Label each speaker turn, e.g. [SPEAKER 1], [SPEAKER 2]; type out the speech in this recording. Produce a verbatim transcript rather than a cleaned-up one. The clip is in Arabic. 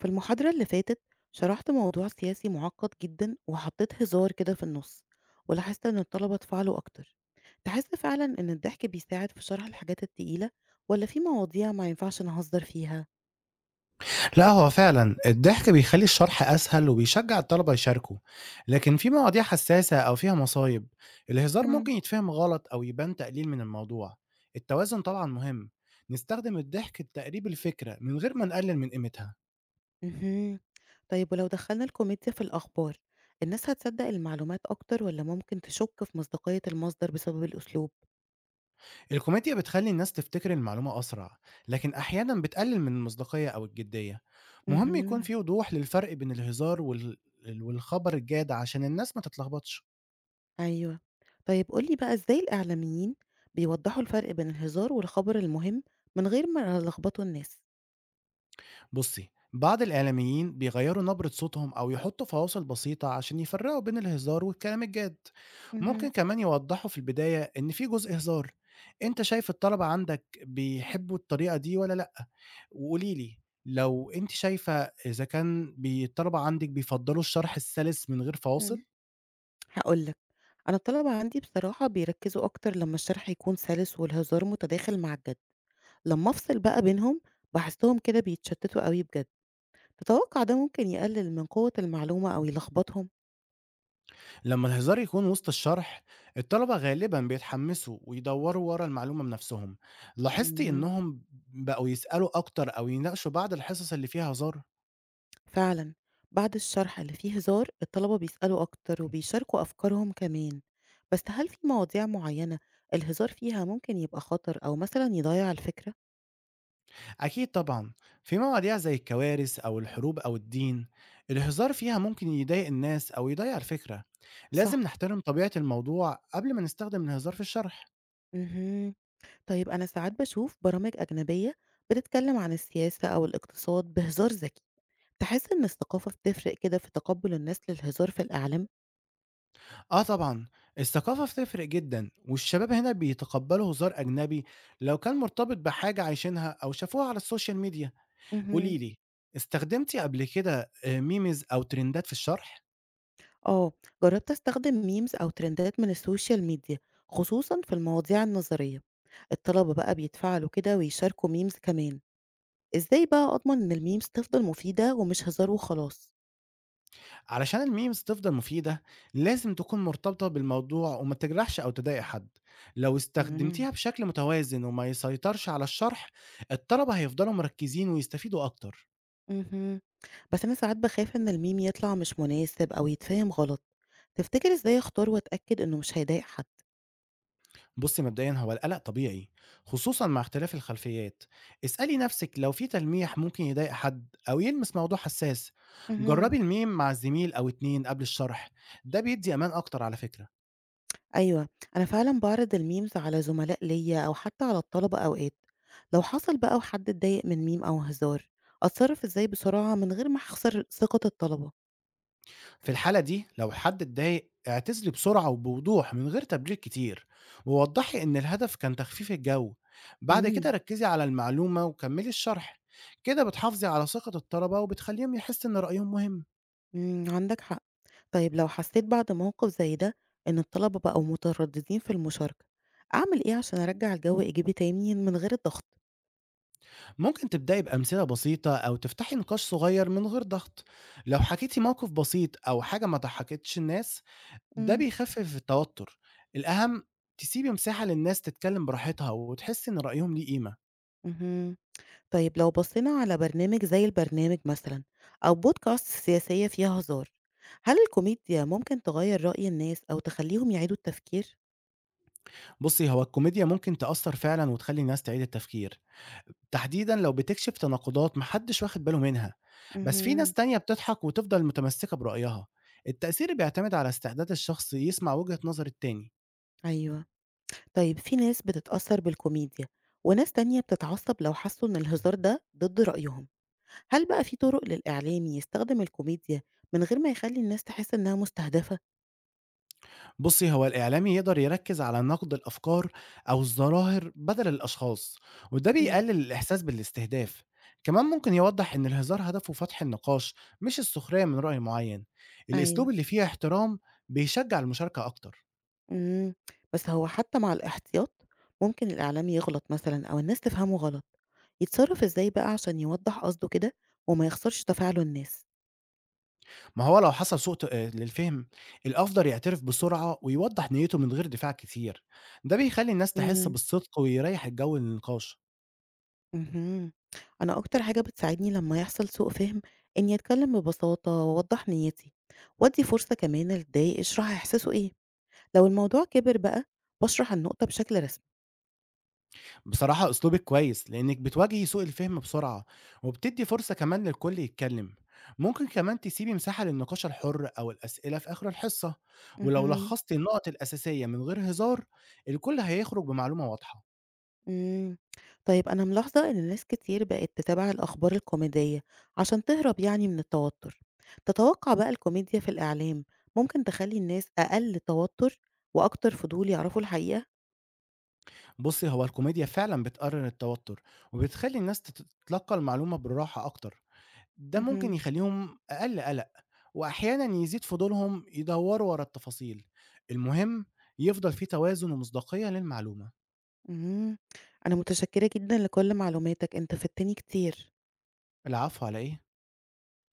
[SPEAKER 1] في المحاضرة اللي فاتت شرحت موضوع سياسي معقد جدا وحطيت هزار كده في النص ولاحظت إن الطلبة اتفاعلوا أكتر. تحس فعلا إن الضحك بيساعد في شرح الحاجات التقيلة ولا في مواضيع ما ينفعش نهزر فيها؟
[SPEAKER 2] لا، هو فعلا الضحك بيخلي الشرح أسهل وبيشجع الطلبة يشاركوا. لكن في مواضيع حساسة أو فيها مصايب الهزار
[SPEAKER 1] مم.
[SPEAKER 2] ممكن يتفهم غلط أو يبان تقليل من الموضوع. التوازن طبعا مهم، نستخدم الضحك لتقريب الفكرة من غير ما نقلل من قيمتها.
[SPEAKER 1] مهم. طيب ولو دخلنا الكوميديا في الأخبار الناس هتصدق المعلومات أكتر ولا ممكن تشك في مصداقية المصدر بسبب الأسلوب؟
[SPEAKER 2] الكوميديا بتخلي الناس تفتكر المعلومة أسرع، لكن أحيانا بتقلل من المصداقية أو الجدية. مهم يكون
[SPEAKER 1] مهم.
[SPEAKER 2] في وضوح للفرق بين الهزار وال... والخبر الجاد عشان الناس ما تتلخبطش.
[SPEAKER 1] أيوه. طيب قُل لي بقى إزاي الإعلاميين بيوضّحوا الفرق بين الهزار والخبر المهم من غير ما يلخبطوا الناس؟
[SPEAKER 2] بصي، بعض الإعلاميين بيغيروا نبرة صوتهم أو يحطوا فواصل بسيطة عشان يفرقوا بين الهزار والكلام الجاد. ممكن
[SPEAKER 1] اهم،
[SPEAKER 2] كمان يوضحوا في البداية إن في جزء هزار. أنت شايف الطلبة عندك بيحبوا الطريقة دي ولا لأ؟ وقوليلي لو أنت شايفة، إذا كان بي- الطلبة عندك بيفضلوا الشرح السلس من غير فواصل.
[SPEAKER 1] إمم. هاقول لك، أنا الطلبة عندي بصراحة بيركّزوا أكتر لمّا الشرح يكون سَلِس والهزار متداخل مع الجَد، لمّا أفصل بقى بينهم باحسّهم كده بيتشتّتوا أوي بجد، تتوقّع ده ممكن يقلل من قوة المعلومة أو يلخبطهم؟
[SPEAKER 2] لما الهزار يكون وسط الشرح، الطلبة غالبا بيتحمسوا ويدوروا ورا المعلومة بنفسهم. لاحظتي
[SPEAKER 1] إمم.
[SPEAKER 2] انهم بقوا يسألوا اكتر او يناقشوا بعد الحصص اللي فيها هزار.
[SPEAKER 1] فعلًا، بعد الشرح اللي فيه هزار الطلبة بيسألوا أكتر وبيشاركوا أفكارهم كمان، بس هل في مواضيع معينة الهزار فيها ممكن يبقى خطر أو مثلًا يضيّع الفكرة؟
[SPEAKER 2] اكيد طبعا، في مواضيع زي الكوارث او الحروب او الدين الهزار فيها ممكن يضايق الناس او يضيع الفكرة. لازم
[SPEAKER 1] صح.
[SPEAKER 2] نحترم طبيعة الموضوع قبل ما نستخدم الهزار في الشرح.
[SPEAKER 1] اهم. طيب أنا ساعات باشوف برامج أجنبية بتتكلم عن السياسة أو الاقتصاد بهزار ذكي، تحس إن الثقافة بتفرق كده في تقبل الناس للهزار في الإعلام؟
[SPEAKER 2] اه طبعا، الثقافة بتفرق جدا، والشباب هنا بيتقبلوا هزار اجنبي لو كان مرتبط بحاجة عايشينها او شافوها على السوشيال ميديا.
[SPEAKER 1] اهم.
[SPEAKER 2] قولي لي، استخدمتِ قبل كده آآ memes أو ترندات في الشرح؟
[SPEAKER 1] آه، جربت أستخدم memes أو ترندات من السوشيال ميديا خصوصًا في المواضيع النظرية. الطلبة بقى بيتفاعلوا كده ويشاركوا memes كمان. ازاي بقى اضمن ان الميمز تفضل مفيدة ومش هزار وخلاص؟
[SPEAKER 2] علشان الmemes تفضل مفيدة، لازم تكون مرتبطة بالموضوع وما تجرحش أو تضايق حد. لو
[SPEAKER 1] مم.
[SPEAKER 2] استخدمتيها بشكل متوازن وما يسيطرش على الشرح، الطلبة هيفضلوا مركزين ويستفيدوا أكتر.
[SPEAKER 1] مهم. بس انا ساعات بخاف ان الميم يطلع مش مناسب او يتفهم غلط. تفتكر ازاي اختار واتاكد انه مش هيضايق حد؟
[SPEAKER 2] بُصّي، مبدئيًا هو القلق طبيعي، خصوصًا مع اختلاف الخلفيات. اسألي نفسِك لو في تلميح ممكن يضايق حد أو يلمس موضوع حساس.
[SPEAKER 1] مهم.
[SPEAKER 2] جربي الmeme مع زميل أو اتنين قبل الشرح، ده بيدي أمان أكتر على فكرة.
[SPEAKER 1] ايوه، انا فعلا بعرض الميمز على زملاء ليا او حتى على الطلبة اوقات. لو حصل بقى وحد اتضايق من ميم او هزار اتصرف ازاي بسرعة من غير ما اخسر ثقة الطلبة؟
[SPEAKER 2] في الحالة دي لو حد اتضايق اعتذري بسرعة وبوضوح من غير تبرير كتير، ووضحي إن الهدف كان تخفيف الجو. بعد كده
[SPEAKER 1] مم.
[SPEAKER 2] ركزي على المعلومة وكملي الشرح. كده بتحافظي على ثقة الطلبة وبتخليهم يحس إن رأيهم مهم.
[SPEAKER 1] مم، عندك حق. طيب لو حسيت بعد موقف زي ده إن الطلبة بقوا مترددين في المشاركة، أعمل إيه عشان أرجع الجو إيجابي تاني من غير الضغط؟
[SPEAKER 2] ممكن تبدأي بأمثلة بسيطة أو تفتحي نقاش صغير من غير ضغط. لو حكيتي موقف بسيط أو حاجة ما ضحكتش الناس، ده
[SPEAKER 1] مم.
[SPEAKER 2] بيخفف التوتر. الأهم تسيبي مساحة للناس تتكلم براحتها وتحس إن رأيهم ليه قيمة.
[SPEAKER 1] مهم. طيب لو بصينا على برنامج زي البرنامج مثلا أو بودكاست سياسية فيها هزار، هل الكوميديا ممكن تغير رأي الناس أو تخليهم يعيدوا التفكير؟
[SPEAKER 2] بُصّي، هو الكوميديا ممكن تأثّر فعلًا وتخلّي الناس تعيد التفكير، تحديدًا لو بتكشف تناقضات ما حدش واخد باله منها. بس في ناس
[SPEAKER 1] مهم.
[SPEAKER 2] تانية بتضحك وتفضل متمسكة برأيها، التأثير بيعتمد على استعداد الشخص يسمع وجهة نظر التاني.
[SPEAKER 1] أيوه. طيب في ناس بتتأثر بالكوميديا وناس تانية بتتعصب لو حسوا إن الهزار ده ضد رأيهم. هل بقى في طرق للإعلام يستخدم الكوميديا من غير ما يخلّي الناس تحس إنها مستهدفة؟
[SPEAKER 2] بُصّي، هو الإعلامي يقدر يركّز على نقد الأفكار أو الظواهر بدل الأشخاص، وده
[SPEAKER 1] إمم،
[SPEAKER 2] بيقلل الإحساس بالاستهداف. كمان ممكن يوضّح إن الهزار هدفه فتح النقاش مش السخرية من رأي معيّن. الأسلوب
[SPEAKER 1] أيوه.
[SPEAKER 2] اللي فيه احترام بيشجّع المشاركة أكتر.
[SPEAKER 1] إمم، بس هو حتى مع الاحتياط ممكن الإعلام يغلط مثلًا أو الناس تفهمه غلط، يتصرف إزاي بقى عشان يوضّح قصده كده وما يخسرش تفاعل الناس؟
[SPEAKER 2] ما هو لو حصل سوء ت آآ للفهم، الأفضل يعترف بسرعة ويوضّح نيته من غير دفاع كتير، ده بيخلّي الناس تحس
[SPEAKER 1] إمم.
[SPEAKER 2] بالصدق ويريّح الجو للنقاش.
[SPEAKER 1] اهم، أنا أكتر حاجة بتساعدني لمّا يحصل سوء فهم إني أتكلم ببساطة وأوضّح نيتي، وأدّي فرصة كمان اللي اتضايق يشرح إحساسه إيه، لو الموضوع كبر بقى باشرح النقطة بشكل رسمي.
[SPEAKER 2] بصراحة أسلوبِك كويس، لإنِّك بتواجهي سوء الفهم بسرعة، وبتدّي فرصة كمان للكل يتكلّم. ممكن كمان تسيبي مساحة للنقاش الحُر أو الأسئلة في آخر الحصة، ولو
[SPEAKER 1] اهم.
[SPEAKER 2] لخّصتِ النُقط الأساسية من غير هزار، الكل هيخرج بمعلومة واضحة.
[SPEAKER 1] إمم. طيب أنا ملاحظة إن ناس كتير بقت تتابع الأخبار الكوميدية عشان تهرب يعني من التوتر. تتوقع بقى الكوميديا في الإعلام ممكن تخلّي الناس أقل توتر وأكتر فضول يعرفوا الحقيقة؟
[SPEAKER 2] بُصّي، هو الكوميديا فعلًا بتقلل التوتر، وبتخلّي الناس تت تتلقّى المعلومة بالراحة أكتر. ده ممكن
[SPEAKER 1] اهم.
[SPEAKER 2] يخلّيهم أقل قلق، وأحيانًا يزيد فضولهم يدوّروا ورا التفاصيل. المهم يفضل في توازن ومصداقية للمعلومة.
[SPEAKER 1] إمم. أنا متشكرة جدًا لكل معلوماتك، أنت فدتني كتير.
[SPEAKER 2] العفو على إيه؟